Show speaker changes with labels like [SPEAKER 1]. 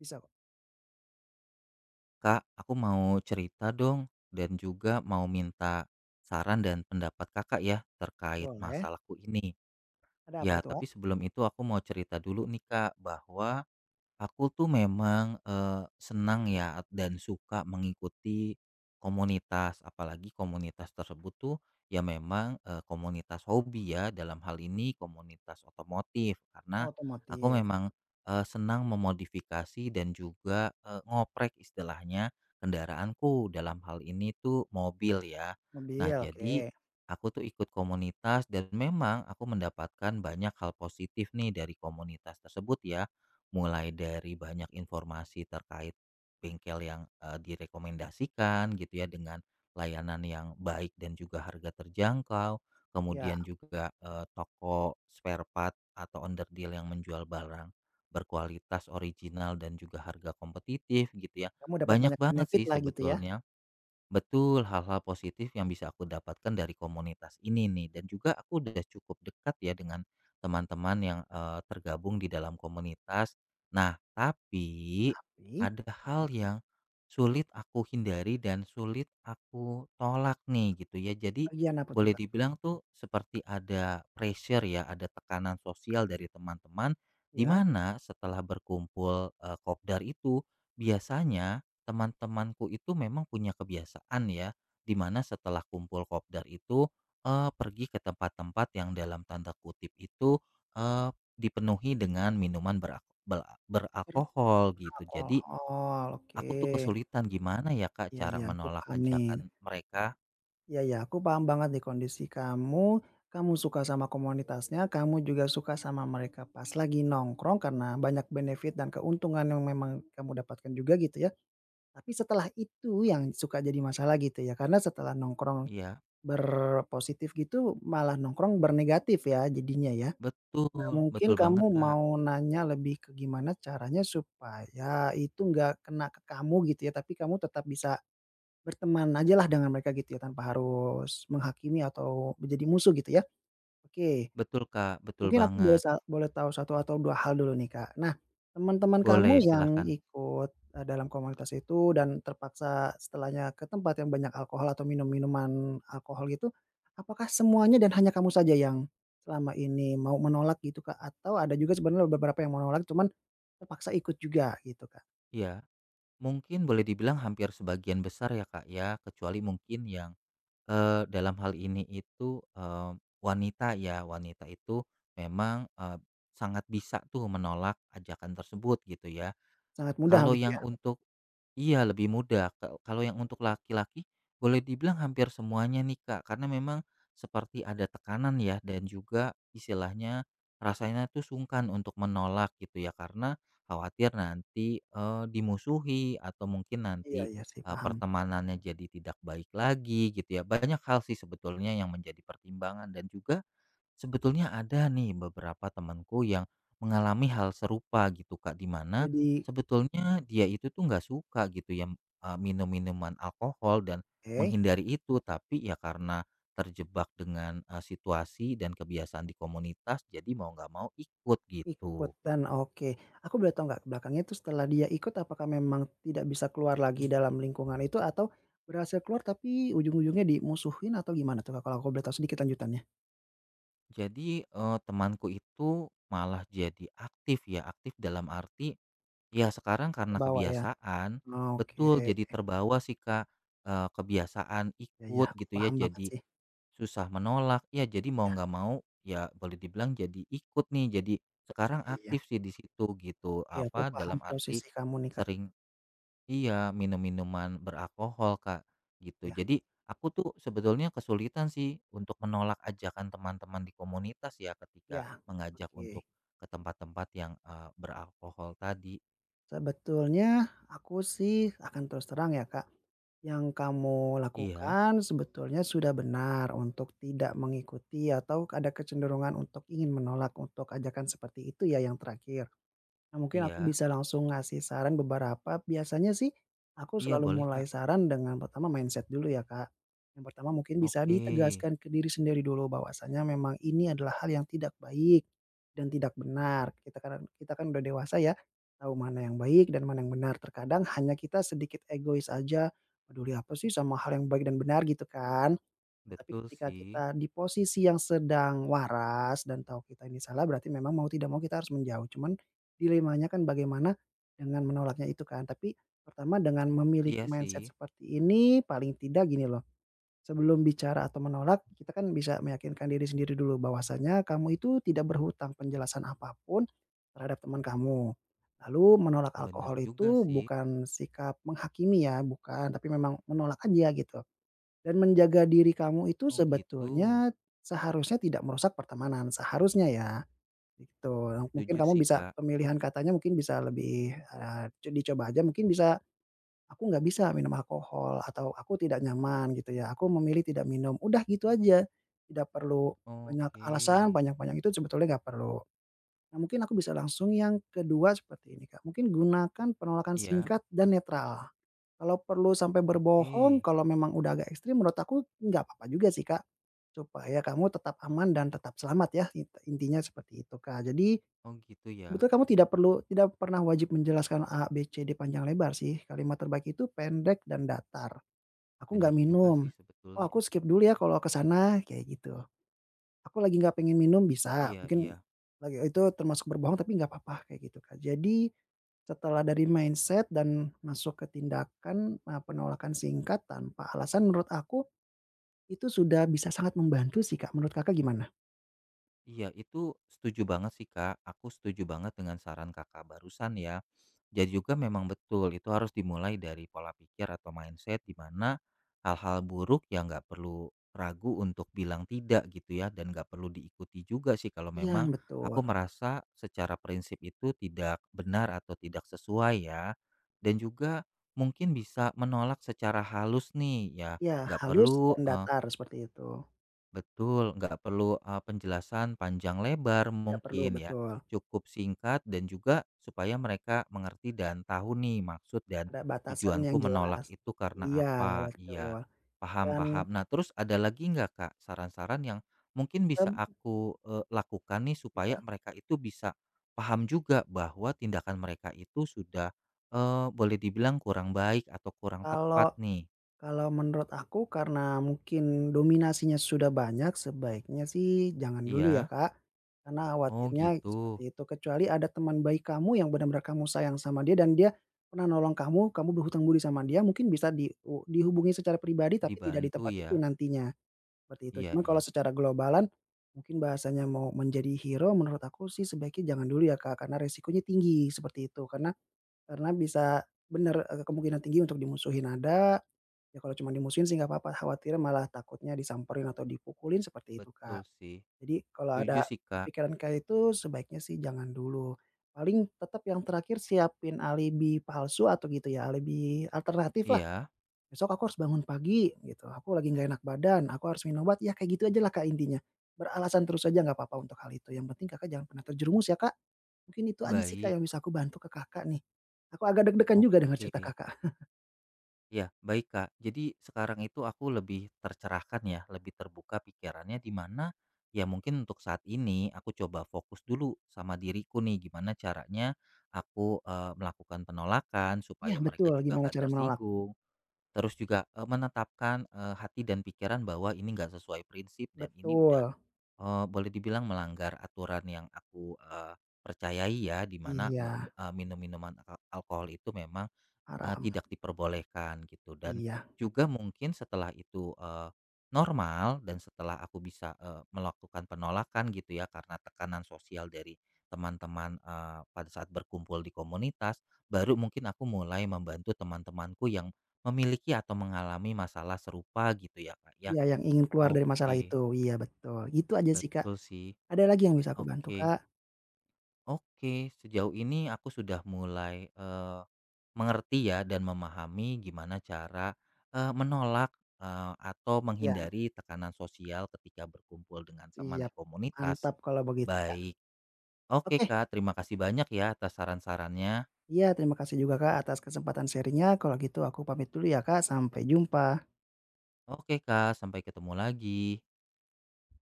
[SPEAKER 1] Bisa kok,
[SPEAKER 2] Kak, aku mau cerita dong dan juga mau minta saran dan pendapat Kakak ya terkait
[SPEAKER 1] boleh.
[SPEAKER 2] masalahku ini.
[SPEAKER 1] Ada apa
[SPEAKER 2] Ya,
[SPEAKER 1] tuh,
[SPEAKER 2] tapi
[SPEAKER 1] Kak?
[SPEAKER 2] sebelum itu aku mau cerita dulu nih Kak bahwa aku tuh memang, senang ya dan suka mengikuti komunitas, apalagi komunitas tersebut tuh ya memang, komunitas hobi ya, dalam hal ini komunitas otomotif.
[SPEAKER 1] Oh,
[SPEAKER 2] Karena aku
[SPEAKER 1] otomotif,
[SPEAKER 2] memang, senang memodifikasi dan juga, ngoprek istilahnya kendaraanku, dalam hal ini tuh mobil ya. Nah,
[SPEAKER 1] mobil,
[SPEAKER 2] jadi
[SPEAKER 1] oke.
[SPEAKER 2] aku tuh ikut komunitas dan memang aku mendapatkan banyak hal positif nih dari komunitas tersebut ya. Mulai dari banyak informasi terkait bengkel yang, direkomendasikan gitu ya dengan layanan yang baik dan juga harga terjangkau,
[SPEAKER 1] Ya,
[SPEAKER 2] kemudian juga, toko spare part atau underdeal yang menjual barang berkualitas original dan juga harga kompetitif gitu ya.
[SPEAKER 1] kamu dapat
[SPEAKER 2] Banyak
[SPEAKER 1] banyak
[SPEAKER 2] banget
[SPEAKER 1] benefit
[SPEAKER 2] sih
[SPEAKER 1] lah gitu ya.
[SPEAKER 2] sebetulnya. Betul, hal-hal positif yang bisa aku dapatkan dari komunitas ini nih, dan juga aku udah cukup dekat ya dengan teman-teman yang tergabung di dalam komunitas. Nah, tapi
[SPEAKER 1] Tapi
[SPEAKER 2] ada hal yang sulit aku hindari dan sulit aku tolak nih gitu ya. Jadi
[SPEAKER 1] bagian apa tuh,
[SPEAKER 2] boleh
[SPEAKER 1] Kak?
[SPEAKER 2] dibilang tuh seperti ada pressure ya, ada tekanan sosial dari teman-teman di
[SPEAKER 1] Ya,
[SPEAKER 2] mana setelah berkumpul kopdar itu biasanya teman-temanku itu memang punya kebiasaan ya, dimana setelah kumpul kopdar itu, pergi ke tempat-tempat yang dalam tanda kutip itu, dipenuhi dengan minuman berak bel beralkohol gitu. Jadi
[SPEAKER 1] beralkohol, oke.
[SPEAKER 2] aku tuh kesulitan gimana ya Kak
[SPEAKER 1] Iya
[SPEAKER 2] cara
[SPEAKER 1] iya, aku
[SPEAKER 2] menolak
[SPEAKER 1] paham nih.
[SPEAKER 2] ajakan mereka?
[SPEAKER 1] Iya iya, aku paham banget nih kondisi kamu. Kamu suka sama komunitasnya, kamu juga suka sama mereka pas lagi nongkrong karena banyak benefit dan keuntungan yang memang kamu dapatkan juga gitu ya. Tapi setelah itu yang suka jadi masalah gitu ya, karena setelah nongkrong
[SPEAKER 2] Iya,
[SPEAKER 1] berpositif gitu malah nongkrong bernegatif ya jadinya ya.
[SPEAKER 2] betul,
[SPEAKER 1] Nah, mungkin
[SPEAKER 2] betul banget
[SPEAKER 1] kamu
[SPEAKER 2] Kak.
[SPEAKER 1] mau nanya lebih ke gimana caranya supaya itu nggak kena ke kamu gitu ya, tapi kamu tetap bisa berteman ajalah dengan mereka gitu ya tanpa harus menghakimi atau menjadi musuh gitu ya? Oke.
[SPEAKER 2] Betul Kak, betul
[SPEAKER 1] Mungkin aku boleh
[SPEAKER 2] banget.
[SPEAKER 1] sa boleh tahu satu atau 2 hal dulu nih, Kak. Nah, teman-teman kamu
[SPEAKER 2] Boleh,
[SPEAKER 1] yang
[SPEAKER 2] silakan.
[SPEAKER 1] ikut, dalam komunitas itu dan terpaksa setelahnya ke tempat yang banyak alkohol atau minum-minuman alkohol gitu, apakah semuanya dan hanya kamu saja yang selama ini mau menolak gitu, Kak? Atau ada juga sebenarnya beberapa yang menolak cuman terpaksa ikut juga gitu, Kak?
[SPEAKER 2] Iya, mungkin boleh dibilang hampir sebagian besar ya Kak ya, kecuali mungkin yang dalam hal ini itu, wanita ya, wanita itu memang, sangat bisa tuh menolak ajakan tersebut gitu ya.
[SPEAKER 1] Sangat mudah
[SPEAKER 2] Kalau
[SPEAKER 1] gitu
[SPEAKER 2] yang
[SPEAKER 1] ya?
[SPEAKER 2] untuk Iya, lebih mudah. Kalau yang untuk laki-laki, boleh dibilang hampir semuanya nih, Kak, karena memang seperti ada tekanan ya dan juga istilahnya rasanya tuh sungkan untuk menolak gitu ya, karena khawatir nanti, dimusuhi atau mungkin
[SPEAKER 1] Iya
[SPEAKER 2] nanti,
[SPEAKER 1] iya sih, paham.
[SPEAKER 2] pertemanannya jadi tidak baik lagi gitu ya. Banyak hal sih sebetulnya yang menjadi pertimbangan dan juga sebetulnya ada nih beberapa temanku yang mengalami hal serupa gitu Kak, di mana
[SPEAKER 1] Jadi
[SPEAKER 2] sebetulnya dia itu tuh nggak suka gitu ya, minum minuman alkohol dan
[SPEAKER 1] oke.
[SPEAKER 2] menghindari itu, tapi ya karena terjebak dengan, situasi dan kebiasaan di komunitas jadi mau nggak mau ikut gitu.
[SPEAKER 1] Ikutan, oke. Aku boleh tahu nggak ke belakangnya itu setelah dia ikut apakah memang tidak bisa keluar lagi dalam lingkungan itu atau berhasil keluar tapi ujung-ujungnya dimusuhin atau gimana tuh Kak, kalau aku boleh tahu sedikit lanjutannya?
[SPEAKER 2] Jadi, temanku itu malah jadi aktif ya, aktif dalam arti iya, sekarang karena
[SPEAKER 1] Terbawa ya?
[SPEAKER 2] kebiasaan,
[SPEAKER 1] Oke,
[SPEAKER 2] betul jadi terbawa sih, Kak, kebiasaan
[SPEAKER 1] ya ya,
[SPEAKER 2] ikut
[SPEAKER 1] aku
[SPEAKER 2] gitu ya,
[SPEAKER 1] paham banget
[SPEAKER 2] jadi
[SPEAKER 1] sih.
[SPEAKER 2] susah menolak, ya jadi mau
[SPEAKER 1] Ya,
[SPEAKER 2] nggak mau, ya boleh dibilang jadi ikut nih, jadi sekarang
[SPEAKER 1] iya iya.
[SPEAKER 2] aktif sih di situ gitu,
[SPEAKER 1] Iya, aku
[SPEAKER 2] apa,
[SPEAKER 1] paham
[SPEAKER 2] dalam arti
[SPEAKER 1] posisi kamu nih Kak.
[SPEAKER 2] sering iya, minum minuman beralkohol, Kak, gitu.
[SPEAKER 1] Ya,
[SPEAKER 2] Jadi aku tuh sebetulnya kesulitan sih untuk menolak ajakan teman-teman di komunitas ya ketika
[SPEAKER 1] iya,
[SPEAKER 2] mengajak
[SPEAKER 1] oke.
[SPEAKER 2] untuk ke tempat-tempat yang, beralkohol tadi.
[SPEAKER 1] Sebetulnya aku sih akan terus terang ya, Kak, yang kamu
[SPEAKER 2] Iya.
[SPEAKER 1] lakukan sebetulnya sudah benar untuk tidak mengikuti atau ada kecenderungan untuk ingin menolak untuk ajakan seperti itu ya yang terakhir. Nah, mungkin aku
[SPEAKER 2] Iya,
[SPEAKER 1] bisa langsung ngasih saran beberapa, biasanya sih aku
[SPEAKER 2] iya
[SPEAKER 1] selalu
[SPEAKER 2] boleh
[SPEAKER 1] mulai
[SPEAKER 2] Kak.
[SPEAKER 1] saran dengan pertama mindset dulu ya, Kak. Yang pertama mungkin bisa
[SPEAKER 2] Oke,
[SPEAKER 1] ditegaskan ke diri sendiri dulu bahwasanya memang ini adalah hal yang tidak baik dan tidak benar. Kita kan udah dewasa ya, tahu mana yang baik dan mana yang benar. Terkadang hanya kita sedikit egois aja, peduli apa sih sama hal yang baik dan benar gitu kan. Nah, tapi
[SPEAKER 2] betul
[SPEAKER 1] ketika kita
[SPEAKER 2] sih.
[SPEAKER 1] di posisi yang sedang waras dan tahu kita ini salah, berarti memang mau tidak mau kita harus menjauh. Cuman dilemanya kan bagaimana dengan menolaknya itu kan. Tapi pertama dengan memiliki
[SPEAKER 2] Iya
[SPEAKER 1] mindset
[SPEAKER 2] sih,
[SPEAKER 1] seperti ini paling tidak gini loh, sebelum bicara atau menolak kita kan bisa meyakinkan diri sendiri dulu bahwasanya kamu itu tidak berhutang penjelasan apapun terhadap teman kamu. Lalu menolak
[SPEAKER 2] bener
[SPEAKER 1] alkohol
[SPEAKER 2] juga
[SPEAKER 1] itu
[SPEAKER 2] sih.
[SPEAKER 1] bukan sikap menghakimi ya, bukan, tapi memang menolak aja gitu. Dan menjaga diri kamu itu
[SPEAKER 2] Oh gitu,
[SPEAKER 1] sebetulnya seharusnya tidak merusak pertemanan, seharusnya ya, gitu. Nah, mungkin
[SPEAKER 2] setuju
[SPEAKER 1] kamu
[SPEAKER 2] sih
[SPEAKER 1] bisa
[SPEAKER 2] Kak.
[SPEAKER 1] pemilihan katanya mungkin bisa lebih, dicoba aja mungkin bisa, "Aku nggak bisa minum alkohol," atau, "Aku tidak nyaman," gitu ya, "Aku memilih tidak minum." Udah gitu aja, tidak perlu banyak
[SPEAKER 2] Oke,
[SPEAKER 1] alasan, panjang-panjang itu sebetulnya nggak perlu. Nah, mungkin aku bisa langsung yang kedua seperti ini, Kak, mungkin gunakan penolakan
[SPEAKER 2] iya,
[SPEAKER 1] singkat dan netral. Kalau perlu sampai
[SPEAKER 2] oke.
[SPEAKER 1] berbohong, kalau memang udah agak ekstrim menurut aku nggak apa-apa juga sih, Kak. Supaya kamu tetap aman dan tetap selamat ya, intinya seperti itu, Kak. Jadi
[SPEAKER 2] Oh gitu ya,
[SPEAKER 1] sebetulnya kamu tidak perlu tidak pernah wajib menjelaskan A, B, C, D panjang lebar sih, kalimat terbaik itu pendek dan datar. "Aku nggak
[SPEAKER 2] bener juga
[SPEAKER 1] minum."
[SPEAKER 2] sih
[SPEAKER 1] "Oh,
[SPEAKER 2] sebetulnya.
[SPEAKER 1] aku skip dulu ya kalau ke sana," kayak gitu. "Aku lagi nggak pengen minum," bisa,
[SPEAKER 2] Iya,
[SPEAKER 1] mungkin
[SPEAKER 2] iya.
[SPEAKER 1] lagi itu termasuk berbohong tapi nggak apa-apa, kayak gitu, Kak. Jadi setelah dari mindset dan masuk ke tindakan, penolakan singkat tanpa alasan menurut aku itu sudah bisa sangat membantu sih, Kak. Menurut Kakak gimana?
[SPEAKER 2] Iya, itu setuju banget sih, Kak. Aku setuju banget dengan saran Kakak barusan ya. Jadi juga memang betul itu harus dimulai dari pola pikir atau mindset di mana hal-hal buruk ya nggak perlu ragu untuk bilang tidak gitu ya dan nggak perlu diikuti juga sih kalau
[SPEAKER 1] Iya,
[SPEAKER 2] memang aku
[SPEAKER 1] betul.
[SPEAKER 2] merasa secara prinsip itu tidak benar atau tidak sesuai ya. Dan juga mungkin bisa menolak secara halus nih ya.
[SPEAKER 1] Iya,
[SPEAKER 2] Nggak
[SPEAKER 1] halus
[SPEAKER 2] perlu
[SPEAKER 1] dan
[SPEAKER 2] eh,
[SPEAKER 1] datar seperti itu.
[SPEAKER 2] Betul, nggak perlu penjelasan panjang lebar
[SPEAKER 1] Tidak perlu
[SPEAKER 2] mungkin ya.
[SPEAKER 1] betul,
[SPEAKER 2] Cukup singkat dan juga supaya mereka mengerti dan tahu nih maksud dan
[SPEAKER 1] ada batasan
[SPEAKER 2] tujuanku
[SPEAKER 1] yang
[SPEAKER 2] menolak
[SPEAKER 1] jelas.
[SPEAKER 2] itu karena
[SPEAKER 1] Iya,
[SPEAKER 2] apa.
[SPEAKER 1] betul.
[SPEAKER 2] Iya,
[SPEAKER 1] Dan,
[SPEAKER 2] paham-paham. Nah, terus ada lagi nggak Kak saran-saran yang mungkin bisa
[SPEAKER 1] mmm,
[SPEAKER 2] aku lakukan nih supaya
[SPEAKER 1] iya,
[SPEAKER 2] mereka itu bisa paham juga bahwa tindakan mereka itu sudah boleh dibilang kurang baik atau kurang tepat
[SPEAKER 1] kalau
[SPEAKER 2] nih.
[SPEAKER 1] Kalau menurut aku karena mungkin dominasinya sudah banyak, sebaiknya sih jangan dulu ya,
[SPEAKER 2] Iya,
[SPEAKER 1] Kak. Karena
[SPEAKER 2] oh
[SPEAKER 1] khawatirnya
[SPEAKER 2] gitu,
[SPEAKER 1] seperti itu, kecuali ada teman baik kamu yang benar-benar kamu sayang sama dia dan dia pernah nolong kamu, kamu berhutang budi sama dia, mungkin bisa di u dihubungi secara pribadi tapi tidak di
[SPEAKER 2] dibantu
[SPEAKER 1] tempat
[SPEAKER 2] ya.
[SPEAKER 1] itu nantinya, seperti itu.
[SPEAKER 2] Iya
[SPEAKER 1] Cuman kalau
[SPEAKER 2] iya,
[SPEAKER 1] secara globalan, mungkin bahasanya mau menjadi hero, menurut aku sih sebaiknya jangan dulu ya, Kak, karena resikonya tinggi, seperti itu. Karena bisa bener, kemungkinan tinggi untuk dimusuhin ada, ya kalau cuma dimusuhin sih nggak apa-apa, khawatirnya malah takutnya disamperin atau dipukulin seperti itu, Kak.
[SPEAKER 2] betul sih.
[SPEAKER 1] Jadi kalau
[SPEAKER 2] Setuju
[SPEAKER 1] ada
[SPEAKER 2] sih, Kak.
[SPEAKER 1] pikiran kayak itu sebaiknya sih jangan dulu. Paling tetap yang terakhir siapin alibi palsu atau gitu ya, alibi alternatiflah,
[SPEAKER 2] Iya,
[SPEAKER 1] "Besok aku harus bangun pagi," gitu, "aku lagi nggak enak badan, aku harus minum obat," ya kayak gitu ajalah, Kak, intinya. Beralasan terus aja nggak apa-apa untuk hal itu, yang penting Kakak jangan pernah terjerumus ya, Kak. Mungkin itu aja sih, Kak,
[SPEAKER 2] baik.
[SPEAKER 1] yang bisa aku bantu ke Kakak nih. Aku agak deg-degan juga dengar cerita
[SPEAKER 2] Oke.
[SPEAKER 1] Kakak.
[SPEAKER 2] Ya baik, Kak. Jadi sekarang itu aku lebih tercerahkan ya, lebih terbuka pikirannya di mana ya mungkin untuk saat ini aku coba fokus dulu sama diriku nih gimana caranya aku melakukan penolakan
[SPEAKER 1] Iya
[SPEAKER 2] supaya mereka
[SPEAKER 1] betul,
[SPEAKER 2] juga
[SPEAKER 1] gimana
[SPEAKER 2] nggak
[SPEAKER 1] cara menolak.
[SPEAKER 2] tersinggung. Terus juga menetapkan hati dan pikiran bahwa ini nggak sesuai prinsip dan ini udah
[SPEAKER 1] Betul,
[SPEAKER 2] Boleh dibilang melanggar aturan yang aku, percayai ya, di mana
[SPEAKER 1] iya,
[SPEAKER 2] minum-minuman alkohol itu memang,
[SPEAKER 1] haram,
[SPEAKER 2] tidak diperbolehkan gitu dan
[SPEAKER 1] iya.
[SPEAKER 2] juga mungkin setelah itu, normal dan setelah aku bisa, melakukan penolakan gitu ya karena tekanan sosial dari teman-teman, pada saat berkumpul di komunitas, baru mungkin aku mulai membantu teman-temanku yang memiliki atau mengalami masalah serupa gitu ya, Kak, ya.
[SPEAKER 1] Iya, yang ingin keluar dari masalah
[SPEAKER 2] Oke,
[SPEAKER 1] itu, iya betul. Gitu aja sih, Kak.
[SPEAKER 2] betul sih.
[SPEAKER 1] Ada lagi yang bisa aku bantu,
[SPEAKER 2] Oke.
[SPEAKER 1] Kak?
[SPEAKER 2] Oke, sejauh ini aku sudah mulai, mengerti ya dan memahami gimana cara, menolak, atau
[SPEAKER 1] Iya,
[SPEAKER 2] menghindari tekanan sosial ketika berkumpul dengan teman di
[SPEAKER 1] siap.
[SPEAKER 2] komunitas.
[SPEAKER 1] Mantap kalau begitu, Kak.
[SPEAKER 2] Baik, oke
[SPEAKER 1] Oke,
[SPEAKER 2] Kak, terima kasih banyak ya atas saran-sarannya.
[SPEAKER 1] iya terima kasih juga, Kak, atas kesempatan sharing. Kalau gitu aku pamit dulu ya, Kak, sampai jumpa.
[SPEAKER 2] Oke Kak, sampai ketemu lagi.